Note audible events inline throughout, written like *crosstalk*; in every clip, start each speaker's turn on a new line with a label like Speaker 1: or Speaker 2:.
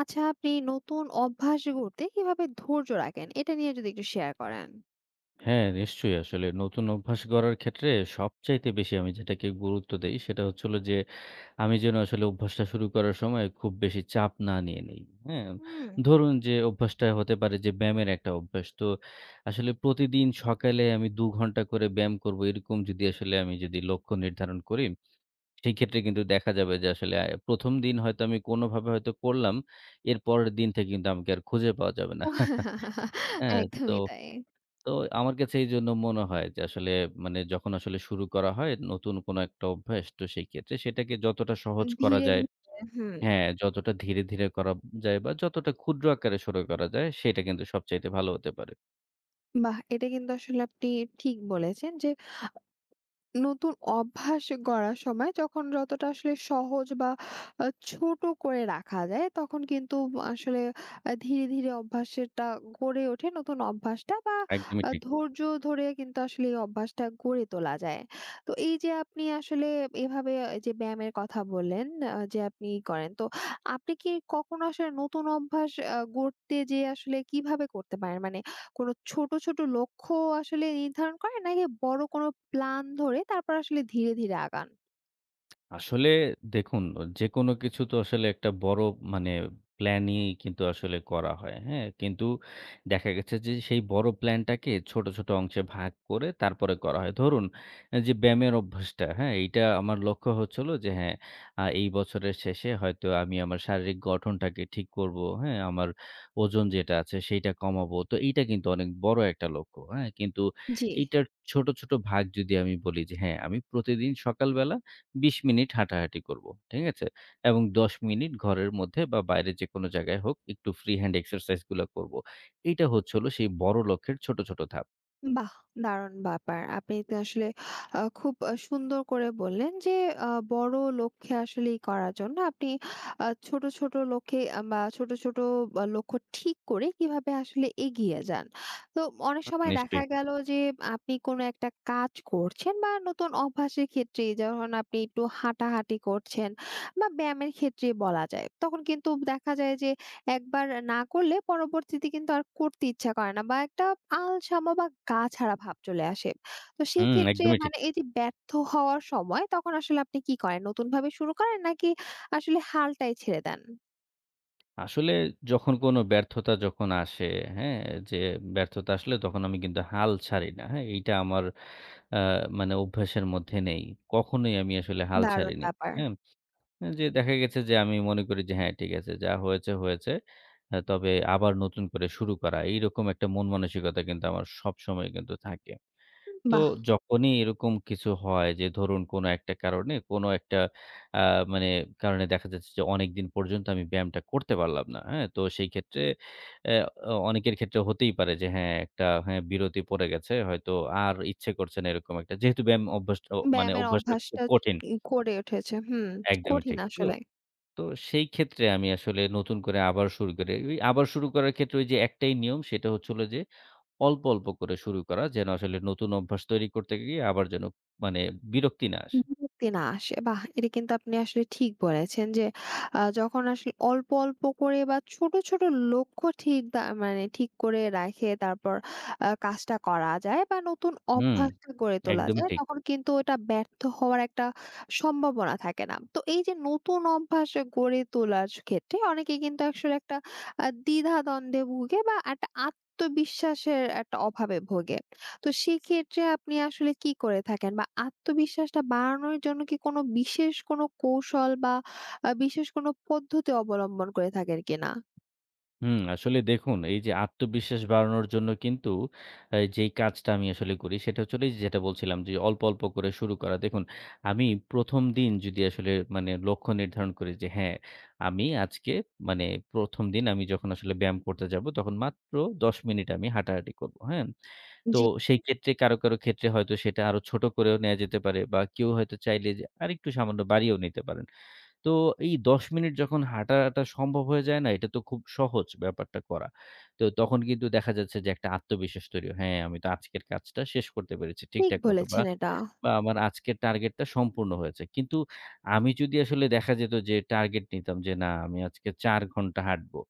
Speaker 1: আচ্ছা, আপনি নতুন অভ্যাস গড়তে কিভাবে ধৈর্য রাখেন? এটা নিয়ে যদি একটু শেয়ার করেন।
Speaker 2: হ্যাঁ, নিশ্চয়ই আসলে নতুন অভ্যাস গড়ার ক্ষেত্রে সবচাইতে বেশি আমি যেটাকে গুরুত্ব দেই সেটা হচ্ছে হলো যে, আমি যেন আসলে অভ্যাসটা শুরু করার সময় খুব বেশি চাপ না নিয়ে নেই। হ্যাঁ?
Speaker 1: হুম।
Speaker 2: ধরুন যে অভ্যাসটা হতে পারে যে ব্যায়ামের একটা অভ্যাস। তো আসলে প্রতিদিন সকালে আমি ২ ঘন্টা করে ব্যায়াম করব এরকম যদি আসলে আমি যদি লক্ষ্য নির্ধারণ করি, সেই ক্ষেত্রে কিন্তু দেখা যাবে যে আসলে ১ম দিন হয়তো আমি কোনোভাবে হয়তো করলাম, এর পরের দিন থেকে কিন্তু আমাকে আর খুঁজে পাওয়া যাবে না। *laughs*
Speaker 1: *laughs* ও।
Speaker 2: হ্যাঁ? তো
Speaker 1: একদমই তাই।
Speaker 2: তো আমার কাছে এইজন্য মনে হয় যে আসলে মানে যখন আসলে শুরু করা হয় নতুন কোনো একটা অভ্যাস তো সেই ক্ষেত্রে সেটাকে যতটা সহজ করা
Speaker 1: ধীরে,
Speaker 2: যায়
Speaker 1: ধীরে। হুম।
Speaker 2: হ্যাঁ, যতটা ধীরে, ধীরে করা যায় বা যতটা ক্ষুদ্র আকারে শুরু করা যায় সেটা কিন্তু সবচাইতে ভালো হতে পারে।
Speaker 1: বাহ! এটা কিন্তু আসলে আপনি ঠিক বলেছেন যে, নতুন অভ্যাস গড়ার সময় যখন যতটা আসলে সহজ বা ছোট করে রাখা যায়, তখন কিন্তু আসলে ধীরে ধীরে অভ্যাসটা গড়ে ওঠে, নতুন অভ্যাসটা। বা
Speaker 2: একদমই ঠিক।
Speaker 1: ধৈর্য ধরে কিন্তু আসলে এই অভ্যাসটা গড়ে তোলা যায়। তো এই যে আপনি আসলে এভাবে এই যে ব্যায়ামের কথা বললেন, যে আপনি করেন। তো আপনি কি কখনো আসলে নতুন অভ্যাস গড়তে, যে আসলে কিভাবে করতে পারেন, মানে কোনো ছোট, ছোট লক্ষ্য আসলে নির্ধারণ করেন, নাকি বড় কোনো প্ল্যান ধরে তারপর আসলে ধীরে, ধীরে আগান?
Speaker 2: আসলে দেখুন, যেকোনো কিছু তো আসলে একটা বড় মানে প্ল্যানই কিন্তু আসলে করা হয়। হ্যাঁ? কিন্তু দেখা গেছে যে সেই বড় প্ল্যানটাকে ছোট, ছোট অংশে ভাগ করে তারপরে করা হয়। ধরুন যে ব্যায়ামের অভ্যাসটা, হ্যাঁ? এইটা আমার লক্ষ্য হচ্ছে হলো যে হ্যাঁ, এই বছরের শেষে হয়তো আমি আমার শারীরিক গঠনটাকে ঠিক করব। হ্যাঁ? আমার ওজন যেটা আছে সেইটা কমাবো। তো এইটা কিন্তু অনেক বড় একটা লক্ষ্য। হ্যাঁ? কিন্তু
Speaker 1: জি।
Speaker 2: এইটার ছোট, ছোট ভাগ যদি আমি বলি যে হ্যাঁ, আমি প্রতিদিন সকালবেলা ২০ মিনিট হাঁটাহাঁটি করব। ঠিক আছে? এবং ১০ মিনিট ঘরের মধ্যে বা বাইরে যেকোনো জায়গায় হোক একটু ফ্রি হ্যান্ড এক্সারসাইজ গুলা করব। এইটা হচ্ছে হলো সেই বড় লক্ষ্যের ছোট, ছোট ধাপ।
Speaker 1: বাহ! দারুণ ব্যাপার। আপনি তো আসলে খুব সুন্দর করে বললেন যে, আ বড় লক্ষ্যে আসলেই করার জন্য আপনি ছোট, ছোট লক্ষ্যে বা ছোট, ছোট লক্ষ্য ঠিক করে কিভাবে আসলে এগিয়ে যান। তো অনেক
Speaker 2: হুম,
Speaker 1: সময় দেখা
Speaker 2: নিশ্চয়ই।
Speaker 1: গেল যে, আপনি কোনো একটা কাজ করছেন বা নতুন অভ্যাসের ক্ষেত্রে, যখন আপনি একটু হাঁটাহাঁটি করছেন বা ব্যায়ামের ক্ষেত্রে বলা যায়, তখন কিন্তু দেখা যায় যে, একবার না করলে পরবর্তীতে কিন্তু আর করতে ইচ্ছা করে না, বা একটা আলসামা বা গা ছাড়া ভাব চলে আসে। তো
Speaker 2: হুম,
Speaker 1: সেক্ষেত্রে
Speaker 2: একদমই ঠিক।
Speaker 1: মানে এই যে ব্যর্থ হওয়ার সময়, তখন আসলে আপনি কি করেন? নতুনভাবে শুরু করেন, নাকি আসলে হালটাই ছেড়ে দেন?
Speaker 2: আসলে যখন কোনো ব্যর্থতা যখন আসে, হ্যাঁ? যে ব্যর্থতা আসলে তখন আমি কিন্তু হাল ছাড়ি না। হ্যাঁ? এইটা আমার আ মানে অভ্যাসের মধ্যে নেই। কখনোই আমি আসলে হাল
Speaker 1: দারুণ
Speaker 2: ছাড়িনি।
Speaker 1: ব্যাপার।
Speaker 2: হ্যাঁ? যে দেখা গেছে যে আমি মনে করি যে হ্যাঁ, ঠিক আছে। যা হয়েছে, হয়েছে। তবে আবার নতুন করে শুরু করা। এইরকম একটা মন মানসিকতা কিন্তু আমার সবসময় কিন্তু থাকে। তো
Speaker 1: বাহ!
Speaker 2: যখনই এরকম কিছু হয় যে ধরুন কোনো একটা কারণে, কোনো একটা আ মানে কারণে দেখা যাচ্ছে যে অনেকদিন পর্যন্ত আমি ব্যায়ামটা করতে পারলাম না। হ্যাঁ? তো সেই ক্ষেত্রে অ্যা অ অনেকের ক্ষেত্রে হতেই পারে যে হ্যাঁ, একটা হ্যাঁ, বিরতি পড়ে গেছে। হয়তো আর ইচ্ছে করছে না এরকম একটা। যেহেতু ব্যায়াম অভ্যাসটা মানে
Speaker 1: ব্যায়ামের
Speaker 2: অভ্যাসটা খুব
Speaker 1: অভ্যাসটা
Speaker 2: কঠিন।
Speaker 1: ই করে উঠেছে। হুম,
Speaker 2: একদমই
Speaker 1: কঠিন
Speaker 2: ঠিক। তো
Speaker 1: আসলে।
Speaker 2: তো সেই ক্ষেত্রে আমি আসলে নতুন করে আবার শুরু করি। ওই আবার শুরু করার ক্ষেত্রে ওই যে একটাই নিয়ম সেটা হচ্ছে হলো যে অল্প, অল্প করে শুরু করা। যেন আসলে নতুন অভ্যাস তৈরি করতে গিয়ে আবার যেন মানে বিরক্তি না আসে।
Speaker 1: বিরক্তি না আসে। বাহ! এটা কিন্তু আপনি আসলে ঠিক বলেছেন যে, যখন আসলে অল্প, অল্প করে বা ছোট, ছোট লক্ষ্য ঠিক মানে ঠিক করে রাখে, তারপর কাজটা করা যায় বা নতুন
Speaker 2: হুম,
Speaker 1: অভ্যাসটা গড়ে তোলা
Speaker 2: একদমই
Speaker 1: যায়,
Speaker 2: ঠিক।
Speaker 1: তখন কিন্তু এটা ব্যর্থ হওয়ার একটা সম্ভাবনা থাকে না। তো এই যে নতুন অভ্যাস গড়ে তোলার ক্ষেত্রে অনেকে কিন্তু আসলে একটা দ্বিধা দ্বন্দ্বে ভুগে, বা একটা আত্মবিশ্বাসের একটা অভাবে ভোগে। তো সেক্ষেত্রে আপনি আসলে কি করে থাকেন? বা আত্মবিশ্বাসটা বাড়ানোর জন্য কি কোনো বিশেষ কোনো কৌশল বা বিশেষ কোনো পদ্ধতি অবলম্বন করে থাকেন কিনা?
Speaker 2: হুম, আসলে দেখুন এই যে আত্মবিশ্বাস বাড়ানোর জন্য কিন্তু যেই কাজটা আমি আসলে করি সেটা হচ্ছে হলো এই যে যেটা বলছিলাম যে অল্প, অল্প করে শুরু করা। দেখুন আমি ১ম দিন যদি আসলে মানে লক্ষ্য নির্ধারণ করি যে হ্যাঁ, আমি আজকে মানে ১ম দিন আমি যখন আসলে ব্যায়াম করতে যাবো তখন মাত্র ১০ মিনিট আমি হাঁটাহাঁটি করবো। হ্যাঁ? তো
Speaker 1: জি।
Speaker 2: সেই ক্ষেত্রে কারো, কারো ক্ষেত্রে হয়তো সেটা আরো ছোট করেও নেয়া যেতে পারে বা কেউ হয়তো চাইলে যে আরেকটু সামান্য বাড়িয়েও নিতে পারেন। তো এই ১০ মিনিট যখন হাঁটাটা সম্ভব হয়ে যায় না, এটা তো খুব সহজ ব্যাপারটা করা। তো তখন কিন্তু দেখা যাচ্ছে যে একটা আত্মবিশ্বাস তৈরি হয়। হ্যাঁ, আমি তো আজকের কাজটা শেষ করতে পেরেছি
Speaker 1: ঠিক
Speaker 2: ঠিকঠাক মতো বা,
Speaker 1: বলেছেন এটা।
Speaker 2: বা আমার আজকের টার্গেটটা সম্পূর্ণ হয়েছে। কিন্তু আমি যদি আসলে দেখা যেত যে টার্গেট নিতাম যে না আমি আজকে ৪ ঘন্টা হাঁটবো।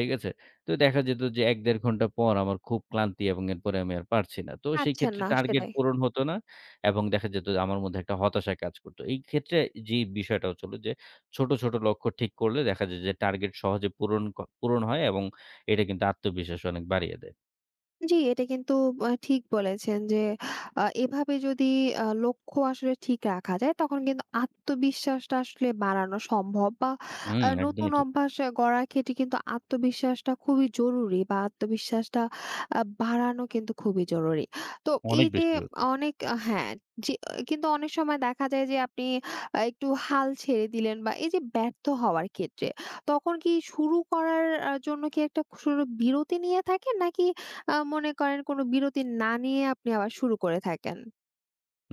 Speaker 2: ঠিক আছে? তো দেখা যেত যে ১-১.৫ ঘন্টা পর আমার খুব ক্লান্তি এবং এরপরে আমি আর পারছি না। তো সেই
Speaker 1: পারছেন
Speaker 2: ক্ষেত্রে
Speaker 1: না
Speaker 2: টার্গেট
Speaker 1: সেটাই।
Speaker 2: পূরণ হতো না এবং দেখা যেত যে আমার মধ্যে একটা হতাশা কাজ করত। এই ক্ষেত্রে যে বিষয়টা হচ্ছিল যে ছোট, ছোট লক্ষ্য ঠিক করলে দেখা যায় যে টার্গেট সহজে পূরণ হয় এবং এটা কিন্তু আত্মবিশ্বাস অনেক বাড়িয়ে দেয়।
Speaker 1: জি, এটা কিন্তু ঠিক বলেছেন যে, এভাবে যদি লক্ষ্য আসলে ঠিক রাখা যায়, তখন কিন্তু আত্মবিশ্বাসটা আসলে বাড়ানো সম্ভব। বা
Speaker 2: হুম,
Speaker 1: নতুন
Speaker 2: একদমই ঠিক।
Speaker 1: অভ্যাস গড়ার ক্ষেত্রে কিন্তু আত্মবিশ্বাসটা খুবই জরুরি, বা আত্মবিশ্বাসটা বাড়ানো কিন্তু খুবই জরুরি। তো এই
Speaker 2: অনেক
Speaker 1: যে
Speaker 2: বেশি জরুরি।
Speaker 1: অনেক হ্যাঁ, যে কিন্তু অনেক সময় দেখা যায় যে আপনি একটু হাল ছেড়ে দিলেন, বা এই যে ব্যর্থ হওয়ার ক্ষেত্রে, তখন কি শুরু করার জন্য কি একটা বিরতি নিয়ে থাকেন, নাকি মনে করেন কোনো বিরতি না নিয়ে আপনি আবার শুরু করে থাকেন।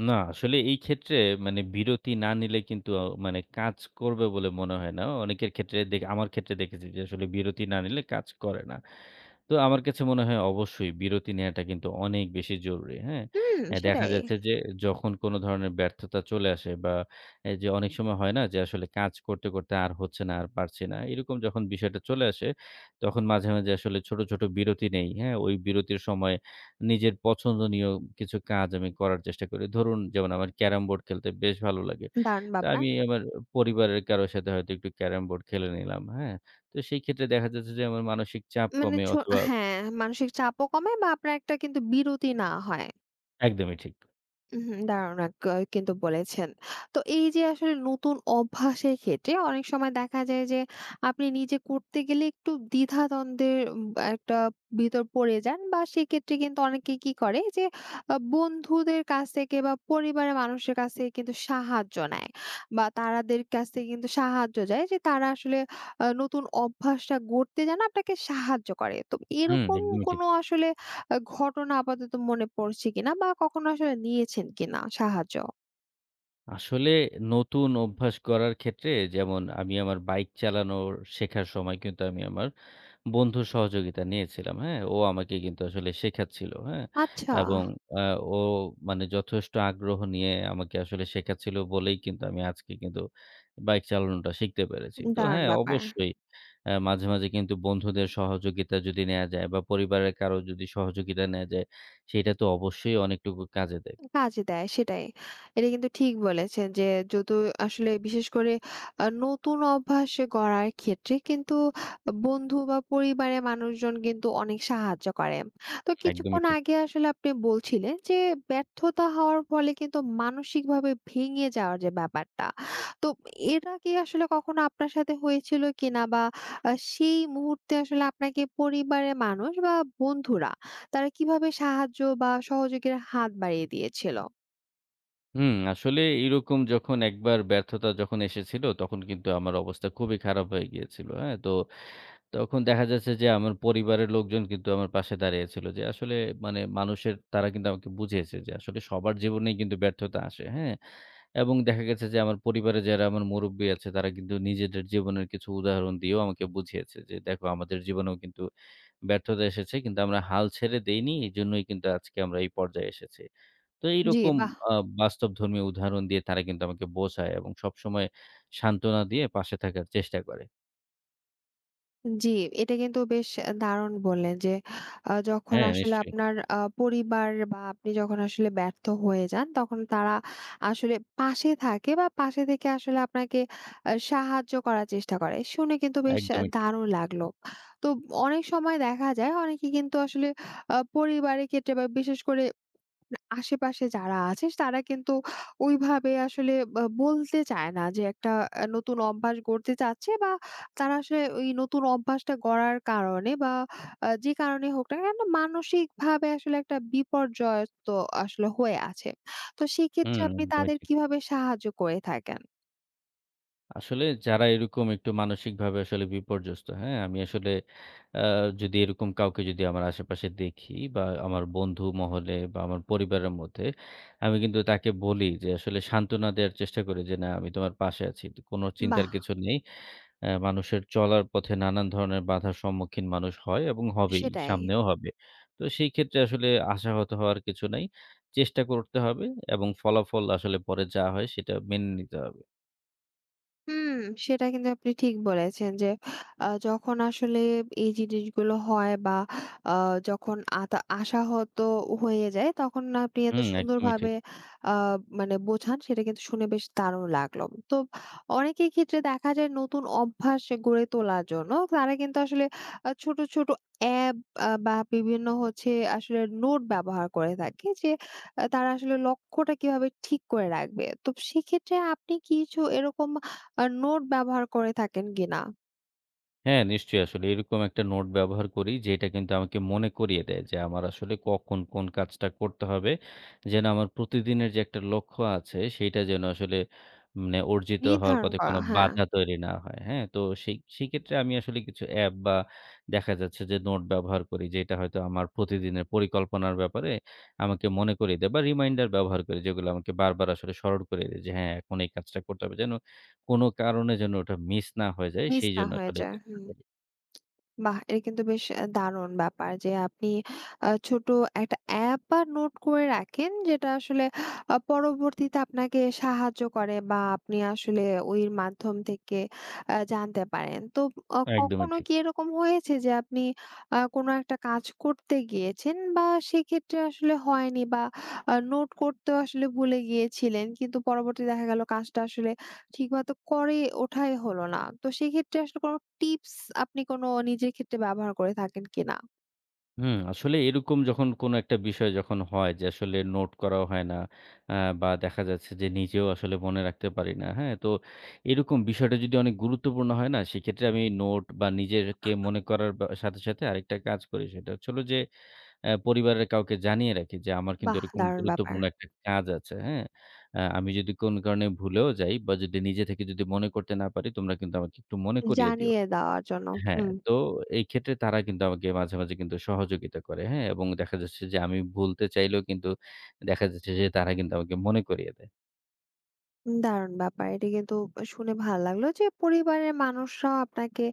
Speaker 2: না, আসলে এই ক্ষেত্রে মানে বিরতি না নিলে কিন্তু মানে কাজ করবে বলে মনে হয় না। অনেকের ক্ষেত্রে আমার ক্ষেত্রে দেখেছি যে আসলে বিরতি না নিলে কাজ করে না। তো আমার কাছে মনে হয় অবশ্যই বিরতি নেয়াটা কিন্তু অনেক বেশি জরুরি, হ্যাঁ?
Speaker 1: হুম,
Speaker 2: দেখা
Speaker 1: সেটাই।
Speaker 2: যাচ্ছে যে যখন কোনো ধরনের ব্যর্থতা চলে আসে বা এই যে অনেক সময় হয় না যে আসলে কাজ করতে, করতে আর হচ্ছে না, আর পারছি না। এরকম যখন বিষয়টা চলে আসে তখন মাঝে, মাঝে আসলে ছোট, ছোট বিরতি নেই, হ্যাঁ? ওই বিরতির সময় নিজের পছন্দনীয় কিছু কাজ আমি করার চেষ্টা করি। ধরুন যেমন আমার ক্যারাম বোর্ড খেলতে বেশ ভালো লাগে।
Speaker 1: দারুণ
Speaker 2: তো
Speaker 1: ব্যাপার।
Speaker 2: আমি আমার পরিবারের কারো সাথে হয়তো একটু ক্যারাম বোর্ড খেলে নিলাম, হ্যাঁ? তো সেই ক্ষেত্রে দেখা যাচ্ছে যে আমার মানসিক চাপ
Speaker 1: মানে
Speaker 2: কমে অথবা
Speaker 1: হ্যাঁ, মানসিক চাপও কমে, বা আপনার একটা কিন্তু বিরতি না হয়।
Speaker 2: একদমই ঠিক।
Speaker 1: উম হুম, দারুণ এক ক কিন্তু বলেছেন। তো এই যে আসলে নতুন অভ্যাসের ক্ষেত্রে অনেক সময় দেখা যায় যে, আপনি নিজে করতে গেলে একটু দ্বিধাদ্বন্দ্বের একটা ভিতর পড়ে যান, বা সেক্ষেত্রে কিন্তু অনেকে কি করে যে, বন্ধুদের কাছ থেকে বা পরিবারের মানুষের কাছ থেকে কিন্তু সাহায্য নেয়, বা তারাদের কাছ থেকে কিন্তু সাহায্য চায় যে তারা আসলে নতুন অভ্যাসটা গড়তে যেন আপনাকে সাহায্য করে। তো
Speaker 2: হুম,
Speaker 1: এরকম
Speaker 2: একদমই ঠিক।
Speaker 1: কোনো আসলে ঘটনা আপাতত মনে পড়ছে কিনা, বা কখনো আসলে নিয়েছেন কিনা সাহায্য?
Speaker 2: আসলে নতুন অভ্যাস করার ক্ষেত্রে যেমন আমি আমার বাইক চালানোর শেখার সময় কিন্তু আমি আমার বন্ধুর সহযোগিতা নিয়েছিলাম। হ্যাঁ? ও আমাকে কিন্তু আসলে শেখাচ্ছিল। হ্যাঁ?
Speaker 1: আচ্ছা,
Speaker 2: এবং আ ও মানে যথেষ্ট আগ্রহ নিয়ে আমাকে আসলে শেখাচ্ছিল বলেই কিন্তু আমি আজকে কিন্তু বাইক চালানোটা শিখতে পেরেছি। তো
Speaker 1: দারুণ
Speaker 2: হ্যাঁ,
Speaker 1: ব্যাপার।
Speaker 2: অবশ্যই মাঝে, মাঝে কিন্তু বন্ধুদের সহযোগিতা যদি নেয়া যায় বা পরিবারের কারো যদি সহযোগিতা নেয়া যায়, সেটা তো অবশ্যই অনেকটুকু কাজে দেয়।
Speaker 1: কাজে দেয় সেটাই। এটা কিন্তু ঠিক বলেছেন যে, যদু আসলে বিশেষ করে নতুন অভ্যাস গড়ার ক্ষেত্রে কিন্তু বন্ধু বা পরিবারের মানুষজন কিন্তু অনেক সাহায্য করে। তো
Speaker 2: একদমই
Speaker 1: কিছুক্ষণ
Speaker 2: ঠিক।
Speaker 1: আগে আসলে আপনি বলছিলেন যে, ব্যর্থতা হওয়ার ফলে কিন্তু মানসিকভাবে ভেঙে যাওয়ার যে ব্যাপারটা। তো এটা কি আসলে কখনো আপনার সাথে হয়েছিল কিনা, বা সেই মুহূর্তে আসলে আপনাকে পরিবারের মানুষ বা বন্ধুরা, তারা কিভাবে সাহায্য বা সহযোগীর হাত বাড়িয়ে দিয়েছিল?
Speaker 2: হুম, আসলে এরকম যখন একবার ব্যর্থতা যখন এসেছিল, তখন কিন্তু আমার অবস্থা খুবই খারাপ হয়ে গিয়েছিল। হ্যাঁ? তো তখন দেখা যাচ্ছে যে আমার পরিবারের লোকজন কিন্তু আমার পাশে দাঁড়িয়েছিল যে আসলে মানে মানুষের তারা কিন্তু আমাকে বুঝিয়েছে যে আসলে সবার জীবনেই কিন্তু ব্যর্থতা আসে। হ্যাঁ? এবং দেখা গেছে যে আমার পরিবারে যারা আমার মুরুব্বি আছে তারা কিন্তু নিজেদের জীবনের কিছু উদাহরণ দিয়েও আমাকে বুঝিয়েছে যে, "দেখো আমাদের জীবনেও কিন্তু ব্যর্থতা এসেছে। কিন্তু আমরা হাল ছেড়ে দেইনি। এজন্যই কিন্তু আজকে আমরা এই পর্যায়ে এসেছি।" তো
Speaker 1: জি,
Speaker 2: এইরকম
Speaker 1: বাহ!
Speaker 2: আ বাস্তবধর্মী উদাহরণ দিয়ে তারা কিন্তু আমাকে বোঝায় এবং সবসময় সান্ত্বনা দিয়ে পাশে থাকার চেষ্টা করে।
Speaker 1: জি, এটা কিন্তু বেশ দারুণ বললেন যে, যখন
Speaker 2: হ্যাঁ,
Speaker 1: আসলে
Speaker 2: নিশ্চয়ই।
Speaker 1: আপনার পরিবার বা আপনি যখন আসলে ব্যর্থ হয়ে যান, তখন তারা আসলে পাশে থাকে, বা পাশে থেকে আসলে আপনাকে সাহায্য করার চেষ্টা করে। শুনে কিন্তু বেশ
Speaker 2: একদমই ঠিক।
Speaker 1: দারুণ লাগলো। তো অনেক সময় দেখা যায় অনেকে কিন্তু আসলে পরিবারের ক্ষেত্রে বা বিশেষ করে আশেপাশে যারা আছে তারা কিন্তু ওইভাবে আসলে বা বলতে চায় না যে, একটা নতুন অভ্যাস গড়তে চাচ্ছে, বা তারা আসলে ওই নতুন অভ্যাসটা গড়ার কারণে, বা যে কারণে হোক না কেন, মানসিকভাবে আসলে একটা বিপর্যয় তো আসলে হয়ে আছে। তো সেক্ষেত্রে
Speaker 2: হুম,
Speaker 1: আপনি
Speaker 2: একদমই
Speaker 1: তাদের
Speaker 2: ঠিক।
Speaker 1: কিভাবে সাহায্য করে থাকেন?
Speaker 2: আসলে যারা এরকম একটু মানসিকভাবে আসলে বিপর্যস্ত, হ্যাঁ? আমি আসলে আ যদি এরকম কাউকে যদি আমার আশেপাশে দেখি বা আমার বন্ধু মহলে বা আমার পরিবারের মধ্যে, আমি কিন্তু তাকে বলি যে আসলে সান্ত্বনা দেয়ার চেষ্টা করি যে, "না, আমি তোমার পাশে আছি। তো কোনো
Speaker 1: বাহ!
Speaker 2: চিন্তার কিছু নেই।" মানুষের চলার পথে নানান ধরনের বাধার সম্মুখীন মানুষ হয় এবং হবেই,
Speaker 1: সেটাই।
Speaker 2: সামনেও হবে। তো সেই ক্ষেত্রে আসলে আশাহত হওয়ার কিছু নাই। চেষ্টা করতে হবে এবং ফলাফল আসলে পরে যা হয় সেটা মেনে নিতে হবে।
Speaker 1: হুম, সেটা কিন্তু আপনি ঠিক বলেছেন যে, যখন আসলে এই জিনিসগুলো হয়, বা আ যখন আশাহত হয়ে যায়, তখন না আপনি এত
Speaker 2: হুম, একদমই
Speaker 1: সুন্দরভাবে
Speaker 2: ঠিক।
Speaker 1: আ মানে বোঝান, সেটা কিন্তু শুনে বেশ দারুণ লাগলো। তো অনেকের ক্ষেত্রে দেখা যায়, নতুন অভ্যাস গড়ে তোলার জন্য তারা কিন্তু আসলে ছোট, ছোট অ্যাপ বা বিভিন্ন হচ্ছে আসলে নোট ব্যবহার করে থাকে যে, তারা আসলে লক্ষ্যটা কিভাবে ঠিক করে রাখবে। তো সেক্ষেত্রে আপনি কিছু এরকম আর নোট ব্যবহার করে থাকেন কিনা?
Speaker 2: হ্যাঁ, নিশ্চয়ই আসলে এরকম একটা নোট ব্যবহার করি যেটা কিন্তু আমাকে মনে করিয়ে দেয় যে আমার আসলে কখন কোন কাজটা করতে হবে। যেন আমার প্রতিদিনের যে একটা লক্ষ্য আছে সেইটা যেন আসলে মানে অর্জিত হওয়ার
Speaker 1: নির্ধারণ
Speaker 2: পথে
Speaker 1: করা।
Speaker 2: কোনো
Speaker 1: হ্যাঁ,
Speaker 2: বাধা তৈরি না হয়। হ্যাঁ? তো সেইক্ষেত্রে আমি আসলে কিছু অ্যাপ বা দেখা যাচ্ছে যে নোট ব্যবহার করি যেটা হয়তো আমার প্রতিদিনের পরিকল্পনার ব্যাপারে আমাকে মনে করিয়ে দেয় বা রিমাইন্ডার ব্যবহার করি যেগুলো আমাকে বারবার আসলে স্মরণ করিয়ে দেয় যে হ্যাঁ, এখন এই কাজটা করতে হবে। যেন কোনো কারণে যেন ওটা মিস না হয়ে যায়
Speaker 1: মিস না
Speaker 2: সেইজন্য
Speaker 1: হয়ে
Speaker 2: আসলে
Speaker 1: যায়। হু।
Speaker 2: চেষ্টা করি।
Speaker 1: বাহ! এটা কিন্তু বেশ দারুণ ব্যাপার যে, আপনি ছোট একটা অ্যাপ বা নোট করে রাখেন, যেটা আসলে পরবর্তীতে আপনাকে সাহায্য করে, বা আপনি আসলে ওই মাধ্যম থেকে জানতে পারেন। তো
Speaker 2: একদমই
Speaker 1: কখনো
Speaker 2: ঠিক।
Speaker 1: কি এরকম হয়েছে যে, আপনি কোনো একটা কাজ করতে গিয়েছেন, বা সেক্ষেত্রে আসলে হয়নি, বা নোট করতেও আসলে ভুলে গিয়েছিলেন? কিন্তু পরবর্তীতে দেখা গেল কাজটা আসলে ঠিকমতো করে ওঠাই হলো না। তো সেক্ষেত্রে আসলে কোনো টিপস আপনি কোনো নিজের ক্ষেত্রে ব্যবহার করে থাকেন কিনা?
Speaker 2: হুম, আসলে এরকম যখন কোনো একটা বিষয় যখন হয় যে আসলে নোট করাও হয় না আ বা দেখা যাচ্ছে যে নিজেও আসলে মনে রাখতে পারি না। হ্যাঁ? তো এরকম বিষয়টা যদি অনেক গুরুত্বপূর্ণ হয় না সেক্ষেত্রে আমি নোট বা নিজেরকে মনে করার বা সাথে, সাথে আরেকটা কাজ করি সেটা হচ্ছে হলো যে পরিবারের কাউকে জানিয়ে রাখি যে, আমার কিন্তু
Speaker 1: বাহ!
Speaker 2: এরকম
Speaker 1: দারুণ ব্যাপার।
Speaker 2: গুরুত্বপূর্ণ একটা কাজ আছে, হ্যাঁ? আমি যদি কোন কারণে ভুলেও যাই বা যদি নিজে থেকে যদি মনে করতে না পারি, তোমরা কিন্তু আমাকে একটু মনে করিয়ে দিও।
Speaker 1: জানিয়ে দেওয়ার জন্য।
Speaker 2: হ্যাঁ,
Speaker 1: হুম।
Speaker 2: তো এই ক্ষেত্রে তারা কিন্তু আমাকে মাঝে, মাঝে কিন্তু সহযোগিতা করে, হ্যাঁ? এবং দেখা যাচ্ছে যে আমি ভুলতে চাইলেও কিন্তু দেখা যাচ্ছে যে তারা কিন্তু আমাকে মনে করিয়ে দেয়।
Speaker 1: দারুণ ব্যাপার। এটা কিন্তু শুনে ভাল লাগলো যে, পরিবারের মানুষরাও আপনাকে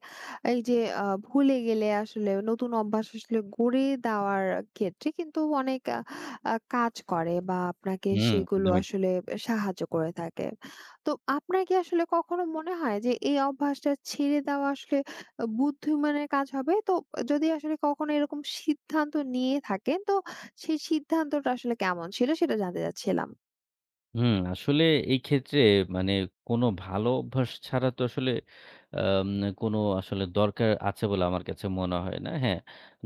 Speaker 1: এই যে, ভুলে গেলে আসলে নতুন অভ্যাস আসলে গড়ে দেওয়ার ক্ষেত্রে কিন্তু অনেক আ আ কাজ করে, বা আপনাকে
Speaker 2: হুম,
Speaker 1: সেগুলো
Speaker 2: একদমই ঠিক।
Speaker 1: আসলে সাহায্য করে থাকে। তো আপনার কি আসলে কখনো মনে হয় যে, এই অভ্যাসটা ছেড়ে দেওয়া আসলে বুদ্ধিমানের কাজ হবে? তো যদি আসলে কখনো এরকম সিদ্ধান্ত নিয়ে থাকেন, তো সেই সিদ্ধান্তটা আসলে কেমন ছিল সেটা জানতে চাচ্ছিলাম।
Speaker 2: হুম, আসলে এই ক্ষেত্রে মানে কোনো ভালো অভ্যাস ছাড়া তো আসলে আম কোনো আসলে দরকার আছে বলে আমার কাছে মনে হয় না। হ্যাঁ,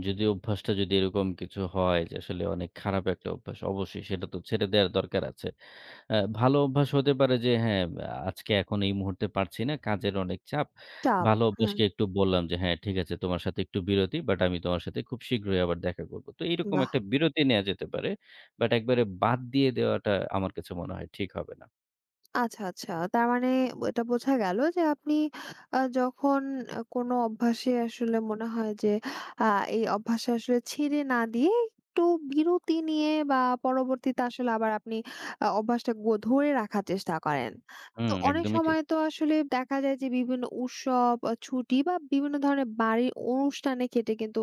Speaker 2: যদি অভ্যাসটা যদি এরকম কিছু হয় যে আসলে অনেক খারাপ একটা অভ্যাস, অবশ্যই সেটা তো ছেড়ে দেওয়ার দরকার আছে। ভালো অভ্যাস হতে পারে যে হ্যাঁ, আজকে এখন এই মুহূর্তে পারছি না, কাজের অনেক চাপ।
Speaker 1: চাপ।
Speaker 2: ভালো
Speaker 1: হুম,
Speaker 2: অভ্যাসকে একটু বললাম যে, "হ্যাঁ, ঠিক আছে তোমার সাথে একটু বিরতি, বাট আমি তোমার সাথে খুব শীঘ্রই আবার দেখা করব।" তো এইরকম
Speaker 1: বাহ!
Speaker 2: একটা বিরতি নেয়া যেতে পারে। বাট একবারে বাদ দিয়ে দেওয়াটা আমার কাছে মনে হয় ঠিক হবে না।
Speaker 1: আচ্ছা, আচ্ছা। তার মানে এটা বোঝা গেল যে, আপনি যখন কোনো অভ্যাসে আসলে মনে হয় যে, আ এই অভ্যাসে আসলে ছেড়ে না দিয়ে একটু বিরতি নিয়ে, বা পরবর্তীতে আসলে আবার আপনি অভ্যাসটা ধরে রাখার চেষ্টা করেন। তো
Speaker 2: হুম,
Speaker 1: অনেক
Speaker 2: একদমই ঠিক।
Speaker 1: সময় তো আসলে দেখা যায় যে, বিভিন্ন উৎসব, ছুটি বা বিভিন্ন ধরনের বাড়ির অনুষ্ঠানে কেটে কিন্তু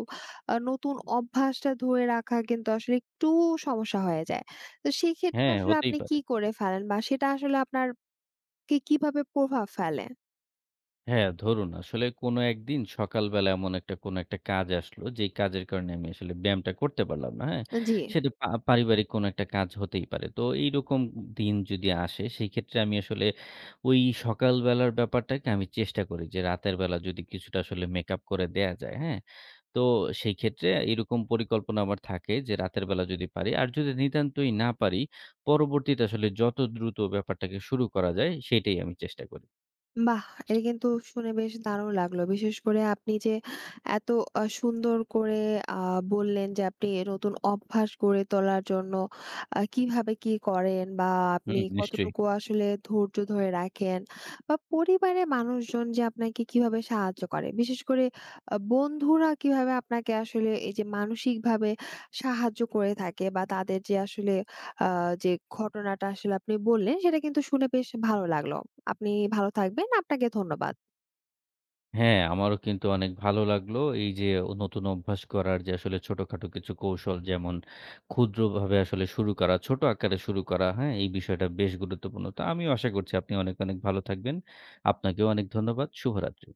Speaker 1: নতুন অভ্যাসটা ধরে রাখা কিন্তু আসলে একটু সমস্যা হয়ে যায়। তো সেক্ষেত্রে
Speaker 2: হ্যাঁ,
Speaker 1: আসলে
Speaker 2: হতেই
Speaker 1: আপনি কি
Speaker 2: পারে।
Speaker 1: করে ফেলেন, বা সেটা আসলে আপনার কে কিভাবে প্রভাব ফেলে?
Speaker 2: হ্যাঁ, ধরুন আসলে কোনো একদিন সকালবেলা এমন একটা কোনো একটা কাজ আসলো, যেই কাজের কারণে আমি আসলে ব্যায়ামটা করতে পারলাম না, হ্যাঁ?
Speaker 1: জি,
Speaker 2: সেটা পারিবারিক কোনো একটা কাজ হতেই পারে। তো এইরকম দিন যদি আসে, সেইক্ষেত্রে আমি আসলে ওই সকালবেলার ব্যাপারটাকে আমি চেষ্টা করি যে রাতের বেলা যদি কিছুটা আসলে মেকআপ করে দেয়া যায়, হ্যাঁ? তো সেইক্ষেত্রে এরকম পরিকল্পনা আমার থাকে যে রাতের বেলা যদি পারি। আর যদি নিতান্তই না পারি, পরবর্তীতে আসলে যত দ্রুত ব্যাপারটাকে শুরু করা যায়, সেইটাই আমি চেষ্টা করি।
Speaker 1: বাহ! এটা কিন্তু শুনে বেশ দারুণ লাগলো। বিশেষ করে আপনি যে এত সুন্দর করে আ বললেন যে, আপনি নতুন অভ্যাস গড়ে তোলার জন্য কিভাবে কি করেন, বা আপনি
Speaker 2: হুম, নিশ্চয়ই।
Speaker 1: কতটুকু আসলে ধৈর্য ধরে রাখেন, বা পরিবারের মানুষজন যে আপনাকে কিভাবে সাহায্য করে। বিশেষ করে বন্ধুরা কিভাবে আপনাকে আসলে এই যে মানসিকভাবে সাহায্য করে থাকে, বা তাদের যে আসলে আ যে ঘটনাটা আসলে আপনি বললেন, সেটা কিন্তু শুনে বেশ ভালো লাগলো। আপনি ভালো থাকবেন। আপনাকে ধন্যবাদ।
Speaker 2: হ্যাঁ, আমারও কিন্তু অনেক ভালো লাগলো। এই যে নতুন অভ্যাস করার যে আসলে ছোটখাটো কিছু কৌশল যেমন ক্ষুদ্রভাবে আসলে শুরু করা, ছোট আকারে শুরু করা, হ্যাঁ? এই বিষয়টা বেশ গুরুত্বপূর্ণ। তো আমিও আশা করছি আপনি অনেক, অনেক ভালো থাকবেন। আপনাকেও অনেক ধন্যবাদ। শুভরাত্রি।